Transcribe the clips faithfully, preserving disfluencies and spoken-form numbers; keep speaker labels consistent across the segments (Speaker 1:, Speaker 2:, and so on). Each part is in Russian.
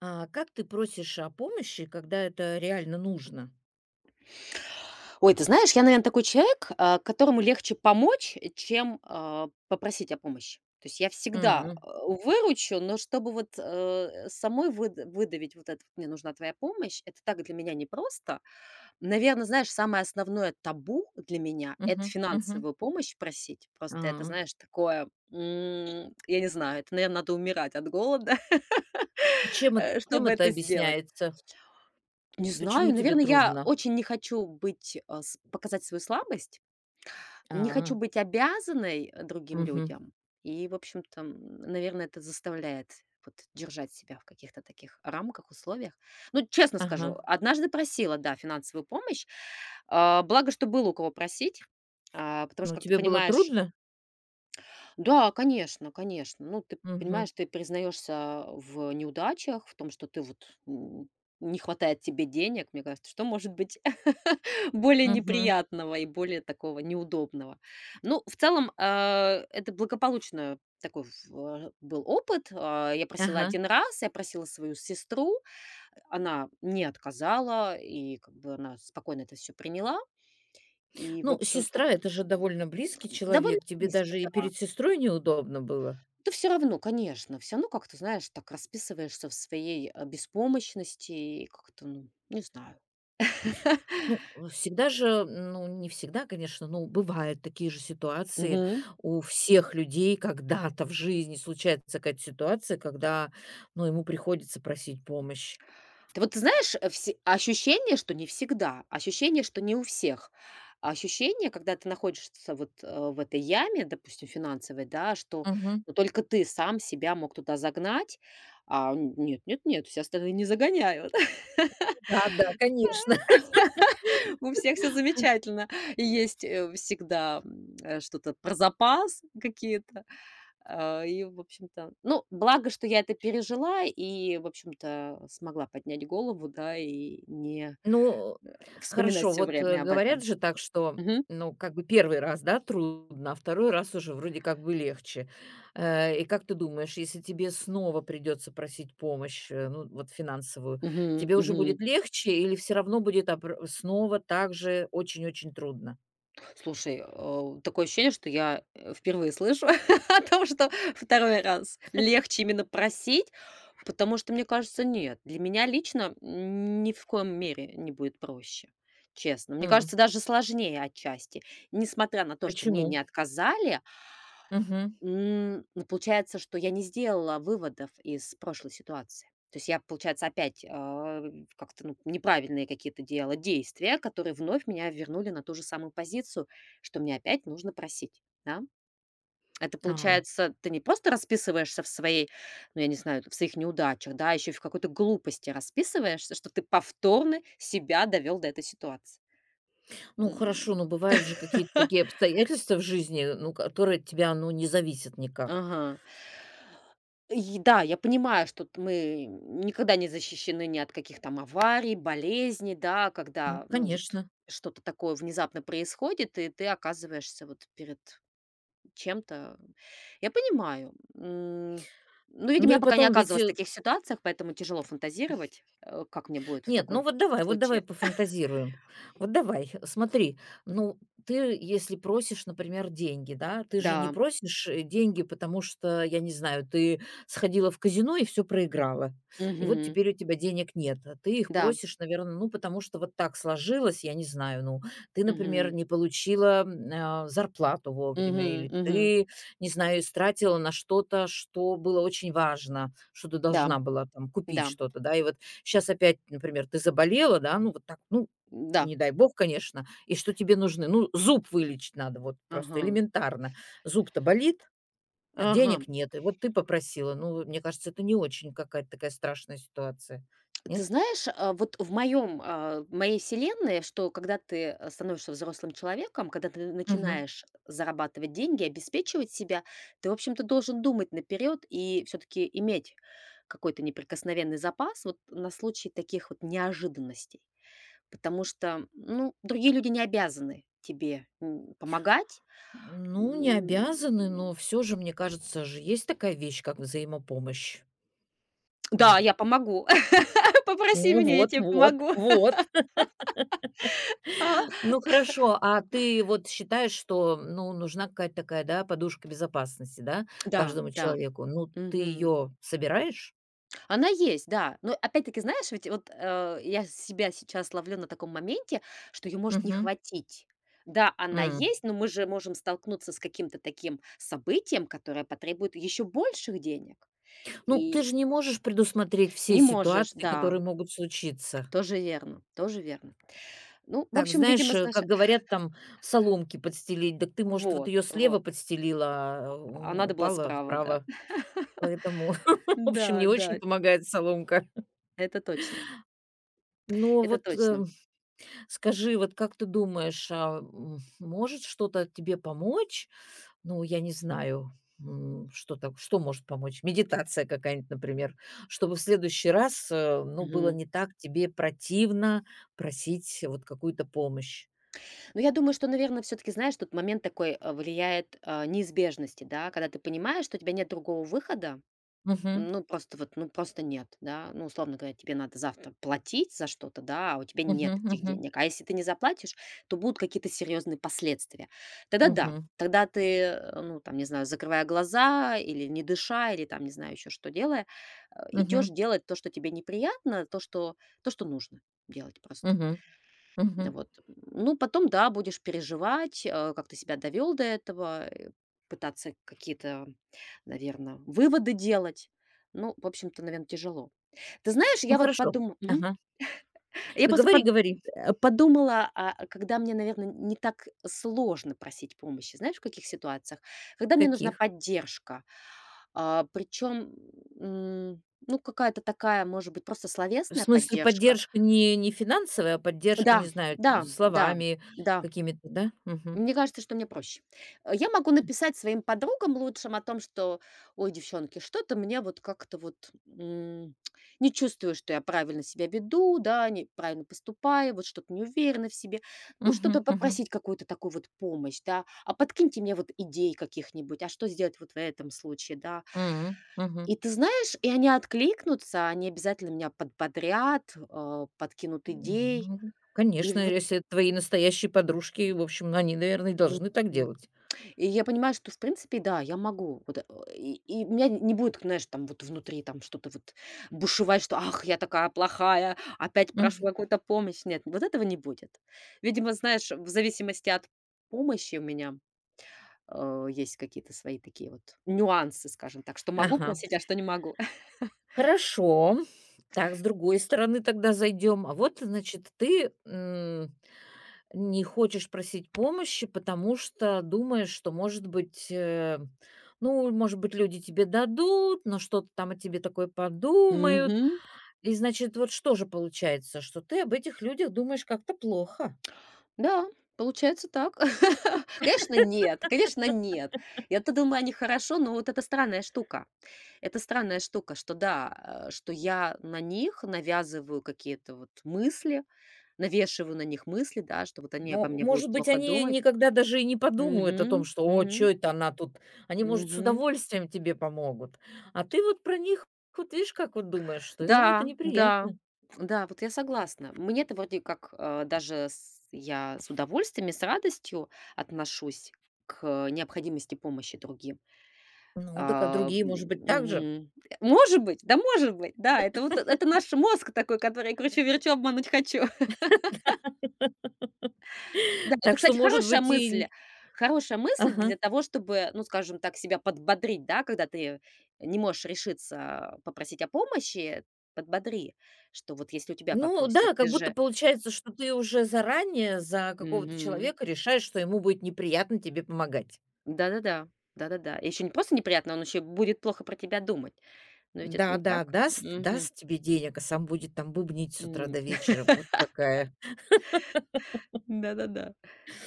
Speaker 1: А как ты просишь о помощи, когда это реально нужно?
Speaker 2: Ой, ты знаешь, я, наверное, такой человек, а, которому легче помочь, э, чем, а, попросить о помощи. То есть я всегда,
Speaker 1: М.
Speaker 2: э, выручу, но чтобы вот, э, самой выд выдавить вот это вот: "Мне нужна твоя помощь" — это так для меня непросто. Наверное, знаешь, самое основное табу для меня — это
Speaker 1: Мгм. Мгм.
Speaker 2: финансовую помощь просить. Просто это,
Speaker 1: А.
Speaker 2: знаешь, такое, м, я не знаю, это, наверное, надо умирать от голода,
Speaker 1: А чем эт
Speaker 2: э,
Speaker 1: чем
Speaker 2: чтобы
Speaker 1: это
Speaker 2: это сделать.
Speaker 1: объясняется?
Speaker 2: Не
Speaker 1: Почему
Speaker 2: знаю,
Speaker 1: тебе
Speaker 2: наверное, я
Speaker 1: трудно?
Speaker 2: очень не хочу быть, а, с показать свою слабость. Не хочу
Speaker 1: А.
Speaker 2: быть обязанной, э, другим
Speaker 1: Мгм.
Speaker 2: людям. И, в общем-то, м, наверное, это заставляет вот держать себя в каких-то таких рамках, условиях. Ну, честно
Speaker 1: Ага.
Speaker 2: скажу, однажды просила, да, финансовую помощь. А, благо, что было у кого просить, а, потому что,
Speaker 1: Ну,
Speaker 2: как ты
Speaker 1: тебе было
Speaker 2: понимаешь.
Speaker 1: трудно?
Speaker 2: Да, конечно, конечно. Ну, ты
Speaker 1: Мгм.
Speaker 2: понимаешь, ты признаешься в неудачах, в том, что ты вот, м, не хватает тебе денег, мне кажется, что может быть более
Speaker 1: Мгм.
Speaker 2: неприятного и более такого неудобного. Ну, в целом, э, это благополучно такой, в- э, был опыт. А, Я просила
Speaker 1: Ага.
Speaker 2: один раз, я просила свою сестру, она не отказала, и как бы она спокойно это все приняла. И, в
Speaker 1: Ну,
Speaker 2: общем-то,
Speaker 1: сестра — это же довольно близкий
Speaker 2: м, довольно
Speaker 1: человек. Тебе
Speaker 2: близкий.
Speaker 1: даже и перед сестрой неудобно было?
Speaker 2: Да, все равно, конечно, всё равно как-то, знаешь, так расписываешься в своей, э, беспомощности и как-то, ну, не знаю.
Speaker 1: Ну, э, всегда же, ну, не всегда, конечно, но бывают такие же ситуации.
Speaker 2: Мгм.
Speaker 1: У всех людей когда-то в жизни случается какая-то ситуация, когда, ну, ему приходится просить помощь.
Speaker 2: Ты, вот ты знаешь, э, вс ощущение, что не всегда, ощущение, что не у всех, ощущение, когда ты находишься вот, э, в этой яме, допустим, финансовой, да, что,
Speaker 1: Мгм.
Speaker 2: ну, только ты сам себя мог туда загнать, а, н нет нет нет, все остальные не загоняют.
Speaker 1: Да, да, конечно.
Speaker 2: У всех все замечательно, и есть, э, всегда, м, э, что-то про запас какие-то. А, и, в общем-то, ну, благо, что я это пережила и, в общем-то, смогла поднять голову, да, и не,
Speaker 1: Ну,
Speaker 2: э, вспоминать
Speaker 1: хорошо,
Speaker 2: все
Speaker 1: вот, э,
Speaker 2: время об
Speaker 1: говорят
Speaker 2: этом.
Speaker 1: же так, что,
Speaker 2: Мгм.
Speaker 1: ну, как бы первый раз, да, трудно, а второй раз уже вроде как бы легче. Э, и как ты думаешь, если тебе снова придется просить помощь, э, ну, вот финансовую,
Speaker 2: Мгм,
Speaker 1: тебе уже
Speaker 2: мгм.
Speaker 1: будет легче или все равно будет обр снова так же очень-очень трудно?
Speaker 2: Слушай, э, такое ощущение, что я, э, впервые слышу о том, что второй раз легче именно просить, потому что, мне кажется, нет, для меня лично ни в коем мере не будет проще, честно. Мне
Speaker 1: М,
Speaker 2: кажется, даже сложнее отчасти. Несмотря на то, что мне не
Speaker 1: Почему?
Speaker 2: отказали.
Speaker 1: Мгм.
Speaker 2: М, ну, получается, что я не сделала выводов из прошлой ситуации. То есть я, получается, опять, а, как-то, ну, неправильные какие-то делала действия, которые вновь меня вернули на ту же самую позицию, что мне опять нужно просить, да. Это
Speaker 1: Ага.
Speaker 2: получается, ты не просто расписываешься в своей, ну, я не знаю, в своих неудачах, да, еще и в какой-то глупости расписываешься, что ты повторно себя довел до этой ситуации.
Speaker 1: Ну,
Speaker 2: М.
Speaker 1: хорошо, но бывают же какие-то такие обстоятельства в жизни, ну, которые от тебя, ну, не зависят никак.
Speaker 2: Ага. И да, я понимаю, что т мы никогда не защищены ни от каких там аварий, болезней, да,
Speaker 1: Ну,
Speaker 2: когда, ну, вот
Speaker 1: конечно.
Speaker 2: что-то такое внезапно происходит, и ты оказываешься вот перед чем-то. Я понимаю. М, ну, видимо,
Speaker 1: Ну
Speaker 2: я
Speaker 1: и
Speaker 2: пока не
Speaker 1: потом ведь,
Speaker 2: оказывалась в
Speaker 1: э
Speaker 2: таких ситуациях, поэтому тяжело фантазировать, э, как мне будет в
Speaker 1: Нет, ну
Speaker 2: такой
Speaker 1: вот давай, вот давай
Speaker 2: случае.
Speaker 1: пофантазируем. Вот давай, смотри, ну ты, если просишь, например, деньги, да, ты же не
Speaker 2: Да.
Speaker 1: просишь э, деньги, потому что, я не знаю, ты сходила в казино и все проиграла, и вот
Speaker 2: Мгм.
Speaker 1: теперь у тебя денег нет, а ты их
Speaker 2: Да.
Speaker 1: просишь, наверное, ну потому что вот так сложилось, я не знаю, ну ты, например,
Speaker 2: Мгм.
Speaker 1: не получила м, а, зарплату вовремя,
Speaker 2: Мгм.
Speaker 1: или
Speaker 2: Мгм.
Speaker 1: ты, не знаю, истратила на что-то, что было очень важно, что ты
Speaker 2: Да.
Speaker 1: должна была там купить
Speaker 2: Да.
Speaker 1: что-то, да, и вот. Сейчас опять, например, ты заболела, да, ну вот так, ну,
Speaker 2: Да.
Speaker 1: не дай бог, конечно, и что тебе нужны? Ну, зуб вылечить надо, вот
Speaker 2: Ага.
Speaker 1: просто элементарно. Зуб-то болит, а
Speaker 2: Ага.
Speaker 1: денег нет. И вот ты попросила. Ну, мне кажется, это не очень какая-то такая страшная ситуация.
Speaker 2: Ты
Speaker 1: Нет?
Speaker 2: знаешь, а, вот в моем, а, в моей вселенной, что когда ты, э, становишься взрослым человеком, когда ты
Speaker 1: Мгм.
Speaker 2: начинаешь зарабатывать деньги, обеспечивать себя, ты, в общем-то, должен думать наперед и все-таки иметь какой-то неприкосновенный запас вот на случай таких вот неожиданностей. Потому что, ну, другие люди не обязаны тебе, м, помогать.
Speaker 1: Ну, не
Speaker 2: М,
Speaker 1: обязаны, но все же, мне кажется же, есть такая вещь, как взаимопомощь.
Speaker 2: Да,
Speaker 1: М.
Speaker 2: я помогу. Попроси
Speaker 1: О,
Speaker 2: меня, я
Speaker 1: вот,
Speaker 2: тебе
Speaker 1: вот,
Speaker 2: помогу.
Speaker 1: вот.
Speaker 2: А,
Speaker 1: Ну хорошо, а ты вот считаешь, что, ну, нужна какая-то такая, да, подушка безопасности, да,
Speaker 2: Да,
Speaker 1: каждому
Speaker 2: да.
Speaker 1: человеку? Ну, ты
Speaker 2: Мгм.
Speaker 1: ее собираешь?
Speaker 2: Она есть, да. Но опять-таки, знаешь, ведь вот, э, я себя сейчас ловлю на таком моменте, что ее может не
Speaker 1: Мгм.
Speaker 2: хватить. Да, она
Speaker 1: М.
Speaker 2: есть, но мы же можем столкнуться с каким-то таким событием, которое потребует еще больших денег.
Speaker 1: Ну, ты
Speaker 2: И
Speaker 1: же не можешь предусмотреть все
Speaker 2: не можешь,
Speaker 1: ситуации,
Speaker 2: да.
Speaker 1: которые могут случиться.
Speaker 2: Тоже верно, тоже верно. Ну, в
Speaker 1: Так,
Speaker 2: общем,
Speaker 1: знаешь,
Speaker 2: видимо,
Speaker 1: э,
Speaker 2: знаешь.
Speaker 1: как говорят, там соломки подстелить, так ты, может, вот
Speaker 2: Вот,
Speaker 1: ее слева
Speaker 2: вот.
Speaker 1: подстелила, а
Speaker 2: А
Speaker 1: у-
Speaker 2: надо было
Speaker 1: упала
Speaker 2: справа, да.
Speaker 1: вправо. Поэтому, в общем,
Speaker 2: Да,
Speaker 1: не очень
Speaker 2: да,
Speaker 1: помогает соломка.
Speaker 2: это точно,
Speaker 1: Но
Speaker 2: это
Speaker 1: вот
Speaker 2: точно.
Speaker 1: э, Скажи, вот как ты думаешь, а, м, может что-то тебе помочь? Ну, я не знаю, м, что так, что может помочь? Медитация какая-нибудь, например, чтобы в следующий раз, э, ну, было
Speaker 2: Мгм.
Speaker 1: не так тебе противно просить вот какую-то помощь.
Speaker 2: Ну, я думаю, что, наверное, все-таки, знаешь, тут момент такой, э, влияет, э, неизбежности, да, когда ты понимаешь, что у тебя нет другого выхода,
Speaker 1: Мгм.
Speaker 2: ну, просто вот, ну, просто нет, да, ну, условно говоря, тебе надо завтра платить за что-то, да, а у тебя
Speaker 1: Мгм.
Speaker 2: нет этих
Speaker 1: Мгм.
Speaker 2: денег, а если ты не заплатишь, то будут какие-то серьезные последствия. Тогда да,
Speaker 1: Мгм.
Speaker 2: тогда ты, э, ну, там, не знаю, закрывая глаза или не дыша, или там, не знаю, еще что делая, э, идешь
Speaker 1: Мгм.
Speaker 2: делать то, что тебе неприятно, то, что, то, что нужно делать просто.
Speaker 1: Мгм. Мгм.
Speaker 2: Вот. Ну, потом, да, будешь переживать, э, как ты себя довел до этого, э, пытаться какие-то, наверное, выводы делать. Ну, в общем-то, наверное, тяжело. Ты знаешь,
Speaker 1: Ну,
Speaker 2: я вот
Speaker 1: хорошо.
Speaker 2: подумала,
Speaker 1: Ага.
Speaker 2: я
Speaker 1: Ну,
Speaker 2: просто
Speaker 1: говори,
Speaker 2: под-
Speaker 1: говори.
Speaker 2: э, подумала, а, а, когда мне, наверное, не так сложно просить помощи, знаешь, в каких ситуациях,
Speaker 1: В
Speaker 2: когда мне нужна
Speaker 1: каких?
Speaker 2: поддержка, причем, ну, какая-то такая, может быть, просто
Speaker 1: В
Speaker 2: словесная
Speaker 1: смысле,
Speaker 2: поддержка.
Speaker 1: поддержка не не финансовая, а поддержка,
Speaker 2: Да,
Speaker 1: не знаю,
Speaker 2: да, да,
Speaker 1: словами
Speaker 2: да.
Speaker 1: какими-то, да? Мгм.
Speaker 2: Мне кажется, что мне проще. Э, я могу написать своим подругам лучшим о том, что: "Ой, девчонки, что-то мне вот как-то вот, м, не чувствую, что я правильно себя веду, да, не правильно поступаю, вот что-то не уверена в себе". Ну,
Speaker 1: Мгм,
Speaker 2: что-то
Speaker 1: мгм.
Speaker 2: попросить, какую-то такую вот помощь, да. "А подкиньте мне вот идей каких-нибудь, а что сделать вот в этом случае?" Да.
Speaker 1: М, мгм.
Speaker 2: И ты знаешь, и они откликнутся, они обязательно меня подбодрят, э, подкинут
Speaker 1: М,
Speaker 2: идей.
Speaker 1: ну,
Speaker 2: И
Speaker 1: конечно,
Speaker 2: вот,
Speaker 1: если это твои настоящие подружки, в общем, они, наверное, и
Speaker 2: м,
Speaker 1: должны так делать.
Speaker 2: И я понимаю, что, в принципе, да, я могу. Вот, э, и, и у меня не будет, знаешь, там вот внутри там что-то вот бушевать, что «ах, я такая плохая, опять прошу
Speaker 1: Мгм.
Speaker 2: какую-то помощь». Нет, вот этого не будет. Видимо, знаешь, в зависимости от помощи у меня, э, есть какие-то свои такие вот нюансы, скажем так, что могу
Speaker 1: Ага,
Speaker 2: просить, а что не могу.
Speaker 1: хорошо. Так, с другой стороны тогда зайдем. А вот, значит, ты, м, не хочешь просить помощи, потому что думаешь, что, может быть, э, ну, может быть, люди тебе дадут, но что-то там о тебе такое подумают.
Speaker 2: Мгм.
Speaker 1: И, значит, вот что же получается, что ты об этих людях думаешь как-то плохо?
Speaker 2: Да, получается так. Конечно, нет, конечно, нет. Я-то думаю, они хорошо, но вот это странная штука. Это странная штука, что да, э, что я на них навязываю какие-то вот мысли, навешиваю на них мысли, да, что вот они
Speaker 1: Ну,
Speaker 2: обо мне будут
Speaker 1: может быть,
Speaker 2: плохо
Speaker 1: они
Speaker 2: думать.
Speaker 1: никогда даже и не подумают о том,
Speaker 2: Мгм,
Speaker 1: что «О,
Speaker 2: мгм,
Speaker 1: чё это она тут?». Они, может, с
Speaker 2: мгм.
Speaker 1: удовольствием тебе помогут. А ты вот про них, вот видишь, как вот думаешь, что им это
Speaker 2: Да, да,
Speaker 1: неприятно.
Speaker 2: да, вот я согласна. Мне-то вроде как, э, даже с- я с удовольствием и с радостью отношусь к необходимости помощи другим.
Speaker 1: Ну, так а
Speaker 2: А,
Speaker 1: другие, может быть, так же.
Speaker 2: Мгм. Может быть, да, может быть, да, это вот это наш мозг такой, который кручу-верчу, обмануть хочу. Да, это,
Speaker 1: Так что,
Speaker 2: кстати,
Speaker 1: может
Speaker 2: хорошая
Speaker 1: быть,
Speaker 2: мысль.
Speaker 1: и.
Speaker 2: Хорошая мысль
Speaker 1: Ага.
Speaker 2: для того, чтобы, ну, скажем так, себя подбодрить, да, когда ты не можешь решиться попросить о помощи, подбодри, что вот если у тебя
Speaker 1: Ну
Speaker 2: попросят,
Speaker 1: да,
Speaker 2: ты
Speaker 1: как будто
Speaker 2: же.
Speaker 1: получается, что ты уже заранее за какого-то
Speaker 2: Мгм.
Speaker 1: человека решаешь, что ему будет неприятно тебе помогать.
Speaker 2: Да-да-да, да-да-да. Еще не просто неприятно, он еще будет плохо про тебя думать. Но ведь это не
Speaker 1: Да-да,
Speaker 2: так.
Speaker 1: даст
Speaker 2: Мгм.
Speaker 1: даст тебе денег, а сам будет там бубнить с утра
Speaker 2: М.
Speaker 1: до вечера. Вот какая.
Speaker 2: Да-да-да.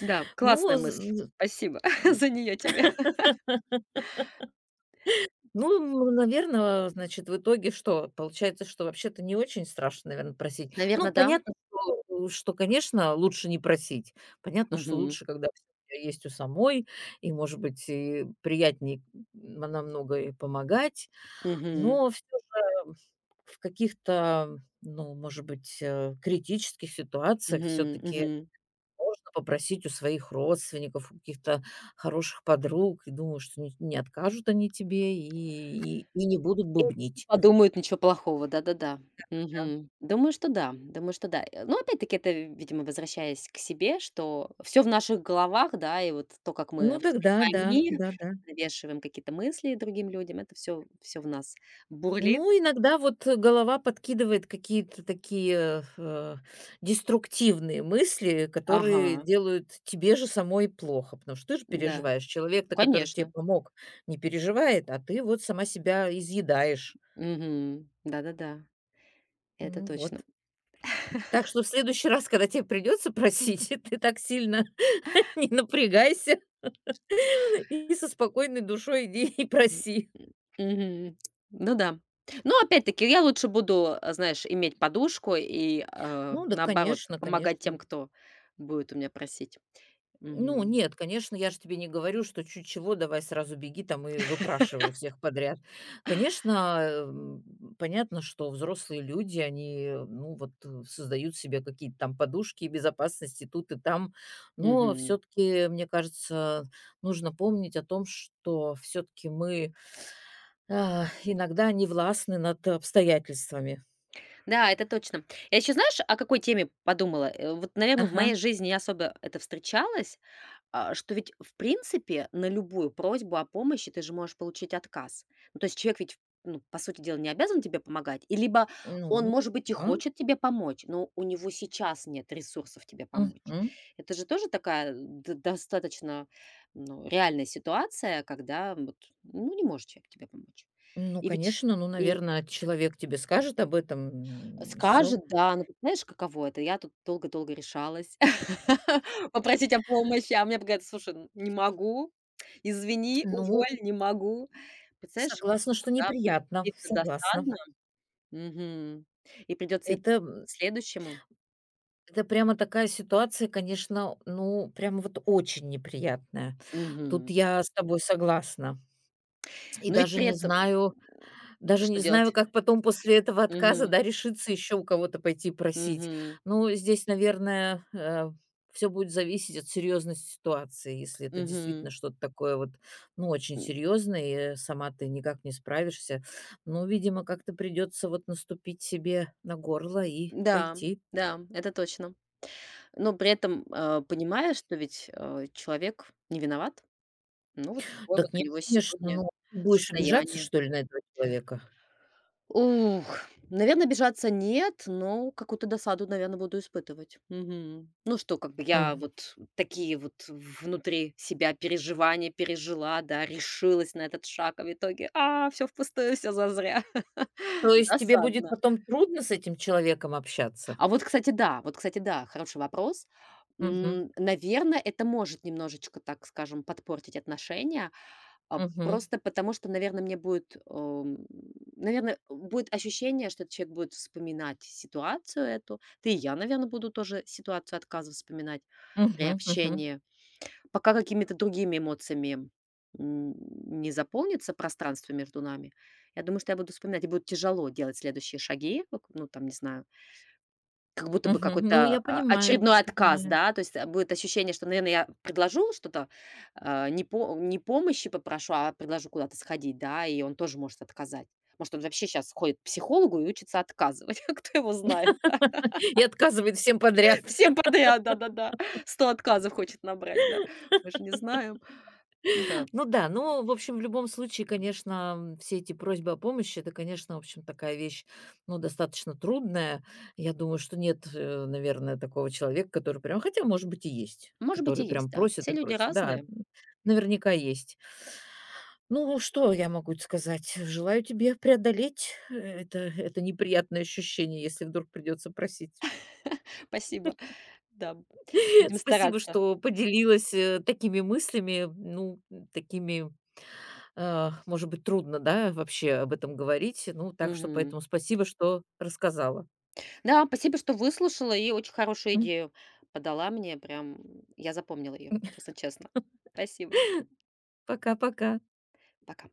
Speaker 2: Да, классная
Speaker 1: Ну з
Speaker 2: мысль.
Speaker 1: з
Speaker 2: Спасибо за нее тебе.
Speaker 1: Ну, наверное, значит, в итоге что? Получается, что вообще-то не очень страшно, наверное, просить.
Speaker 2: Наверное,
Speaker 1: Ну,
Speaker 2: да?
Speaker 1: понятно, что, э, что, конечно, лучше не просить. Понятно, что
Speaker 2: Мгм.
Speaker 1: лучше, когда всё у тебя есть у самой, и, может быть, и приятней, м, намного и помогать.
Speaker 2: Мгм.
Speaker 1: Но всё же в каких-то, ну, может быть, э, критических ситуациях все
Speaker 2: Мгм.
Speaker 1: таки
Speaker 2: Мгм.
Speaker 1: можно попросить у своих родственников, у каких-то хороших подруг. И думаю, что не не откажут они тебе и и и не будут бубнить.
Speaker 2: Подумают, ничего плохого. Да-да-да.
Speaker 1: Да.
Speaker 2: Мгм. Думаю, что да. Думаю, что да. Э, ну, опять-таки, это, видимо, возвращаясь к себе, что все в наших головах, да, и вот то, как мы
Speaker 1: Ну тогда
Speaker 2: воспринимаем
Speaker 1: да,
Speaker 2: мир,
Speaker 1: да-да.
Speaker 2: навешиваем какие-то мысли другим людям, это все, все в нас бурлит.
Speaker 1: Ну, иногда вот э, голова подкидывает какие-то такие, э, деструктивные мысли, которые
Speaker 2: Ага,
Speaker 1: делают тебе же самой плохо, потому что ты же
Speaker 2: да,
Speaker 1: переживаешь. Человек-то, который тебе
Speaker 2: конечно.
Speaker 1: помог, не переживает, а ты вот сама себя изъедаешь.
Speaker 2: Мгм. Да-да-да, это
Speaker 1: Ну
Speaker 2: точно.
Speaker 1: вот. Так что в следующий раз, когда тебе придется просить, ты так сильно не напрягайся и со спокойной душой иди и
Speaker 2: М,
Speaker 1: проси.
Speaker 2: мгм. Ну да. Но опять-таки я лучше буду, э, знаешь, иметь подушку и, э,
Speaker 1: Ну да,
Speaker 2: наоборот,
Speaker 1: конечно,
Speaker 2: помогать
Speaker 1: конечно.
Speaker 2: тем, кто будет у меня просить.
Speaker 1: Ну
Speaker 2: Мгм.
Speaker 1: нет, конечно, я же тебе не говорю, что чуть чего, давай сразу беги там и выпрашивай всех подряд. Конечно, м, понятно, что взрослые люди, они, ну вот, э, создают себе какие-то там подушки безопасности тут и там, но
Speaker 2: Мгм.
Speaker 1: все-таки, мне кажется, нужно помнить о том, что все-таки мы. А, иногда они властны над обстоятельствами.
Speaker 2: Да, это точно. Я еще, знаешь, о какой теме подумала? Э, вот, наверное, в
Speaker 1: Ага.
Speaker 2: моей жизни не особо это встречалось, а, что ведь, в принципе, на любую просьбу о помощи ты же можешь получить отказ. Ну, то есть человек ведь, ну, по сути дела, не обязан тебе помогать, и либо
Speaker 1: Ну
Speaker 2: он, может быть, и
Speaker 1: да.
Speaker 2: хочет тебе помочь, но у него сейчас нет ресурсов тебе помочь.
Speaker 1: Мгм.
Speaker 2: Это же тоже такая, д- достаточно, ну, реальная ситуация, когда вот, ну, не может человек тебе помочь.
Speaker 1: Ну,
Speaker 2: И ведь
Speaker 1: конечно, ну,
Speaker 2: и
Speaker 1: наверное, человек тебе скажет об этом, и всё.
Speaker 2: Скажет, да, но вот знаешь, каково это? Я тут долго-долго решалась попросить о помощи, а мне говорят: "Слушай, н не могу, извини,
Speaker 1: Ну,
Speaker 2: уволь, не могу". Представляешь,
Speaker 1: согласна, что
Speaker 2: когда будет
Speaker 1: неприятно,
Speaker 2: обидно,
Speaker 1: согласна.
Speaker 2: досадно. Мгм. И придется идти
Speaker 1: Это,
Speaker 2: к
Speaker 1: м,
Speaker 2: следующему.
Speaker 1: это прямо такая ситуация, конечно, ну, прямо вот очень неприятная. Тут
Speaker 2: Мгм.
Speaker 1: я с тобой согласна. И
Speaker 2: Но ведь
Speaker 1: даже
Speaker 2: при
Speaker 1: не
Speaker 2: этом, м,
Speaker 1: знаю Даже
Speaker 2: что
Speaker 1: не знаю,
Speaker 2: делать?
Speaker 1: как потом после этого отказа,
Speaker 2: Мгм,
Speaker 1: да, решиться еще у кого-то пойти просить.
Speaker 2: мгм,
Speaker 1: Ну, здесь, наверное, все будет зависеть от серьезности ситуации. Если это
Speaker 2: мгм.
Speaker 1: действительно что-то такое вот, ну, очень
Speaker 2: М,
Speaker 1: серьезное, и, э, сама ты никак не справишься, ну, видимо, как-то придется вот наступить себе на горло и
Speaker 2: да,
Speaker 1: пойти.
Speaker 2: да, это точно. Но при этом, э, понимаешь, что ведь, э, человек не виноват. Ну, вот такое вот
Speaker 1: Так
Speaker 2: у
Speaker 1: нет,
Speaker 2: него
Speaker 1: конечно,
Speaker 2: сегодня
Speaker 1: ну, ты будешь обижаться,
Speaker 2: состояние.
Speaker 1: что ли, на этого человека?
Speaker 2: Ух, наверно, обижаться нет, но какую-то досаду, наверное, буду испытывать. Мгм. Ну, что как бы я
Speaker 1: М.
Speaker 2: вот такие вот внутри себя переживания пережила, да, решилась на этот шаг, а в итоге, а, всё впустую, все зазря.
Speaker 1: То есть тебе будет
Speaker 2: Досадно.
Speaker 1: потом трудно с этим человеком общаться?
Speaker 2: А вот, кстати, да, вот, кстати, да, хороший вопрос.
Speaker 1: Мгм,
Speaker 2: Наверное, это может немножечко, так скажем, подпортить отношения. А,
Speaker 1: мгм,
Speaker 2: просто потому что, наверное мне будет, наверное, будет ощущение, что этот человек будет вспоминать ситуацию эту. Да и я, наверное, буду тоже ситуацию отказа вспоминать при
Speaker 1: мгм, мгм.
Speaker 2: общении. Пока какими-то другими эмоциями, м, не заполнится пространство между нами, я думаю, что я буду вспоминать, и будет тяжело делать следующие шаги. Вот, ну, там, не знаю, как будто бы
Speaker 1: Мгм. Ну,
Speaker 2: какой-то,
Speaker 1: я
Speaker 2: а,
Speaker 1: понимаю,
Speaker 2: очередной отказ,
Speaker 1: понимаю.
Speaker 2: да? То есть, э, будет ощущение, что, наверное, я предложу что-то, а, не по не помощи попрошу, а предложу куда-то сходить, да, и он тоже может отказать. Может, он вообще сейчас ходит к психологу и учится отказывать, а кто его знает, да?
Speaker 1: И отказывает всем подряд.
Speaker 2: Всем подряд, да-да-да. Сто отказов хочет набрать, да? Мы же не знаем. Да,
Speaker 1: Ну да, ну, в общем, в любом случае, конечно, м, все эти просьбы о помощи, это, конечно, в общем, такая вещь, ну, достаточно трудная. Я думаю, что нет, э, наверное, такого человека, который прям, хотя, может быть, и есть,
Speaker 2: может быть, и
Speaker 1: который
Speaker 2: есть,
Speaker 1: прям
Speaker 2: да.
Speaker 1: просит
Speaker 2: Все
Speaker 1: и
Speaker 2: люди
Speaker 1: просит. Да,
Speaker 2: разные.
Speaker 1: м, наверняка есть. Ну, что я могу сказать? Желаю тебе преодолеть, э, это это неприятное ощущение, если вдруг придется просить.
Speaker 2: Спасибо. Да, будем
Speaker 1: Спасибо,
Speaker 2: стараться.
Speaker 1: что поделилась, э, такими мыслями, ну, такими, а, может быть, трудно, да, вообще об этом говорить. Ну, так что
Speaker 2: Мгм.
Speaker 1: поэтому спасибо, что рассказала.
Speaker 2: Да, спасибо, что выслушала и очень хорошую
Speaker 1: М,
Speaker 2: идею подала мне. Прям я запомнила ее, честно-честно. Спасибо.
Speaker 1: Пока-пока.
Speaker 2: Пока.